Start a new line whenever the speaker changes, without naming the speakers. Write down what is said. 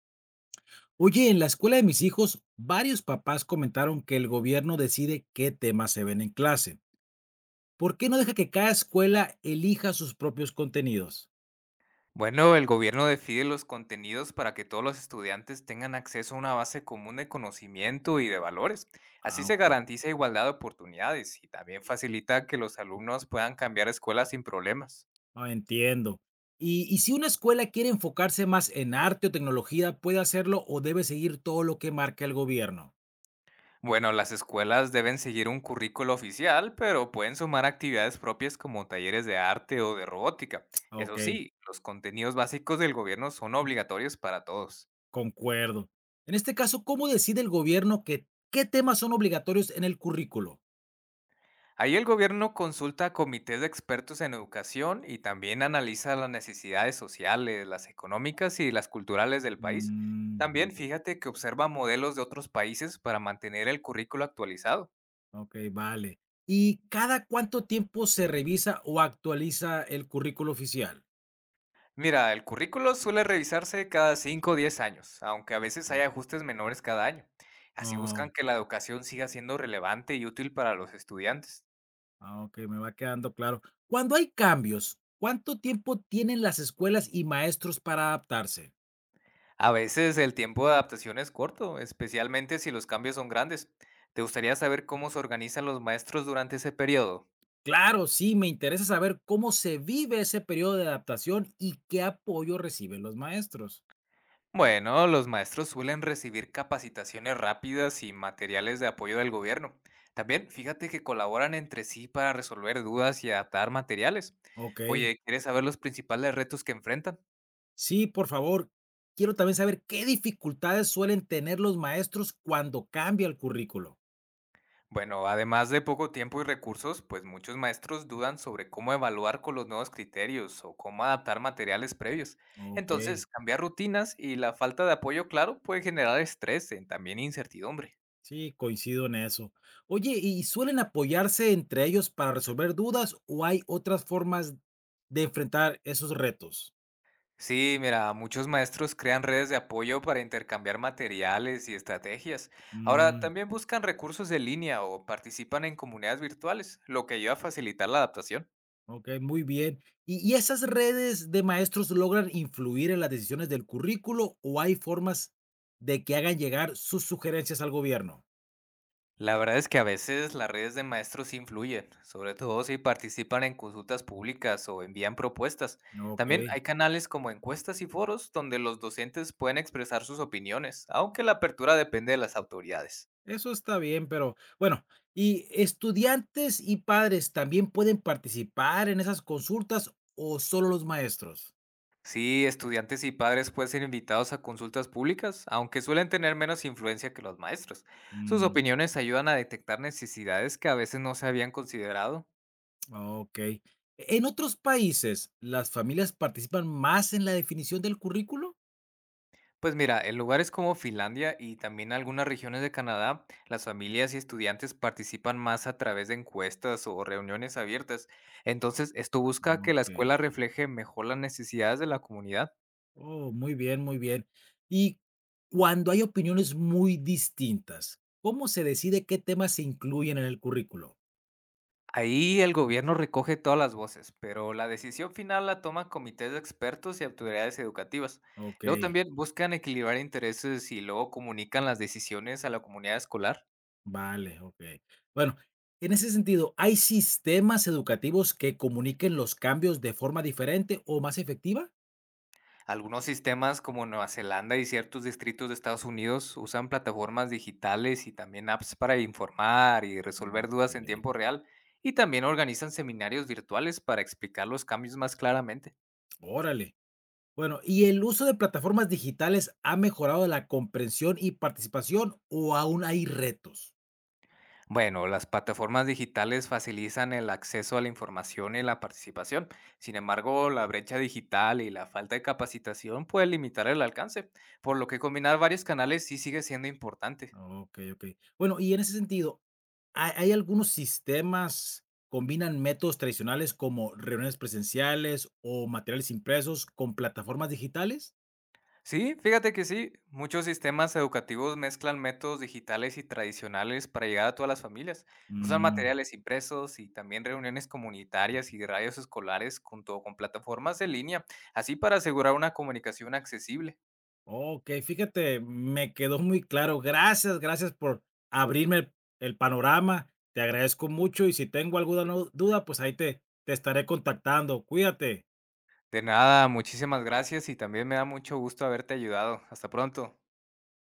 Oye, en la escuela de mis hijos, varios papás comentaron que el gobierno decide qué temas se ven en clase. ¿Por qué no deja que cada escuela elija sus propios contenidos?
Bueno, el gobierno decide los contenidos para que todos los estudiantes tengan acceso a una base común de conocimiento y de valores. Así
Ah,
se
ok.
garantiza igualdad de oportunidades y también facilita que los alumnos puedan cambiar escuelas sin problemas.
Ah, entiendo. Y si una escuela quiere enfocarse más en arte o tecnología, ¿puede hacerlo o debe seguir todo lo que marca el gobierno?
Bueno, las escuelas deben seguir un currículo oficial, pero pueden sumar actividades propias como talleres de arte o de robótica.
Ah,
Eso
ok,
sí, los contenidos básicos del gobierno son obligatorios para todos.
concuerdo. En este caso, ¿cómo decide el gobierno qué temas son obligatorios en el currículo?
Ahí el gobierno consulta a comités de expertos en educación y también analiza las necesidades sociales, las económicas y las culturales del país.
Mm,
También fíjate que observa modelos de otros países para mantener el currículo actualizado.
Okey, vale. ¿Y cada cuánto tiempo se revisa o actualiza el currículo oficial?
Mira, el currículo suele revisarse cada 5 o 10 años, aunque a veces
No.
hay ajustes menores cada año. Así
Oh,
buscan que la educación siga siendo relevante y útil para los estudiantes.
ah, okey, me va quedando claro. Cuando hay cambios, ¿cuánto tiempo tienen las escuelas y maestros para adaptarse?
A veces el tiempo de adaptación es corto, especialmente si los cambios son grandes. ¿Te gustaría saber cómo se organizan los maestros durante ese periodo?
Claro, sí, me interesa saber cómo se vive ese periodo de adaptación y qué apoyo reciben los maestros.
Bueno, los maestros suelen recibir capacitaciones rápidas y materiales de apoyo del gobierno. También fíjate que colaboran entre sí para resolver dudas y adaptar materiales.
Okey.
Oye, ¿quieres saber los principales retos que enfrentan?
Sí, por favor. Quiero también saber qué dificultades suelen tener los maestros cuando cambia el currículo.
Bueno, además de poco tiempo y recursos, pues muchos maestros dudan sobre cómo evaluar con los nuevos criterios o cómo adaptar materiales previos.
Okey.
Entonces, cambiar rutinas y la falta de apoyo claro puede generar estrés y también incertidumbre.
Sí, coincido en eso. Oye, ¿y suelen apoyarse entre ellos para resolver dudas o hay otras formas de enfrentar esos retos?
Sí, mira, muchos maestros crean redes de apoyo para intercambiar materiales y estrategias. Ahora,
Mm,
también buscan recursos en línea o participan en comunidades virtuales, lo que ayuda a facilitar la adaptación.
ok, muy bien. ¿Y esas redes de maestros logran influir en las decisiones del currículo o hay formas de que hagan llegar sus sugerencias al gobierno?
La verdad es que a veces las redes de maestros sí influyen, sobre todo si participan en consultas públicas o envían propuestas.
Ok,
También hay canales como encuestas y foros donde los docentes pueden expresar sus opiniones, aunque la apertura depende de las autoridades.
eso está bien, pero bueno, ¿y estudiantes y padres también pueden participar en esas consultas o solo los maestros?
Sí, estudiantes y padres pueden ser invitados a consultas públicas, aunque suelen tener menos influencia que los maestros. Sus opiniones ayudan a detectar necesidades que a veces no se habían considerado.
Ok. ¿En otros países las familias participan más en la definición del currículo?
Pues mira, en lugares como Finlandia y también algunas regiones de Canadá, las familias y estudiantes participan más a través de encuestas o reuniones abiertas. Entonces, esto busca que la escuela
Ok.
refleje mejor las necesidades de la comunidad.
Oh, muy bien, muy bien. Y cuando hay opiniones muy distintas, ¿cómo se decide qué temas se incluyen en el currículo?
Ahí el gobierno recoge todas las voces, pero la decisión final la toman comités de expertos y autoridades educativas.
Ok,
Luego también buscan equilibrar intereses y luego comunican las decisiones a la comunidad escolar.
vale, ok. Bueno, en ese sentido, ¿hay sistemas educativos que comuniquen los cambios de forma diferente o más efectiva?
Algunos sistemas como Nueva Zelanda y ciertos distritos de Estados Unidos usan plataformas digitales y también apps para informar y resolver
Ok,
dudas en tiempo real y también organizan seminarios virtuales para explicar los cambios más claramente.
órale. Bueno, ¿y el uso de plataformas digitales ha mejorado la comprensión y participación o aún hay retos?
Bueno, las plataformas digitales facilitan el acceso a la información y la participación. Sin embargo, la brecha digital y la falta de capacitación puede limitar el alcance, por lo que combinar varios canales sí sigue siendo importante.
Ok, ok. Bueno, y en ese sentido, ¿hay algunos sistemas combinan métodos tradicionales como reuniones presenciales o materiales impresos con plataformas digitales?
Sí, fíjate que sí, muchos sistemas educativos mezclan métodos digitales y tradicionales para llegar a todas las familias. Usan
Mm,
materiales impresos y también reuniones comunitarias y radios escolares junto con plataformas en línea, así para asegurar una comunicación accesible.
ok, fíjate, me quedó muy claro. Gracias, gracias por abrirme el, el panorama. Te agradezco mucho y si tengo alguna duda, pues ahí te estaré contactando. Cuídate.
De nada, muchísimas gracias y también me da mucho gusto haberte ayudado. Hasta pronto.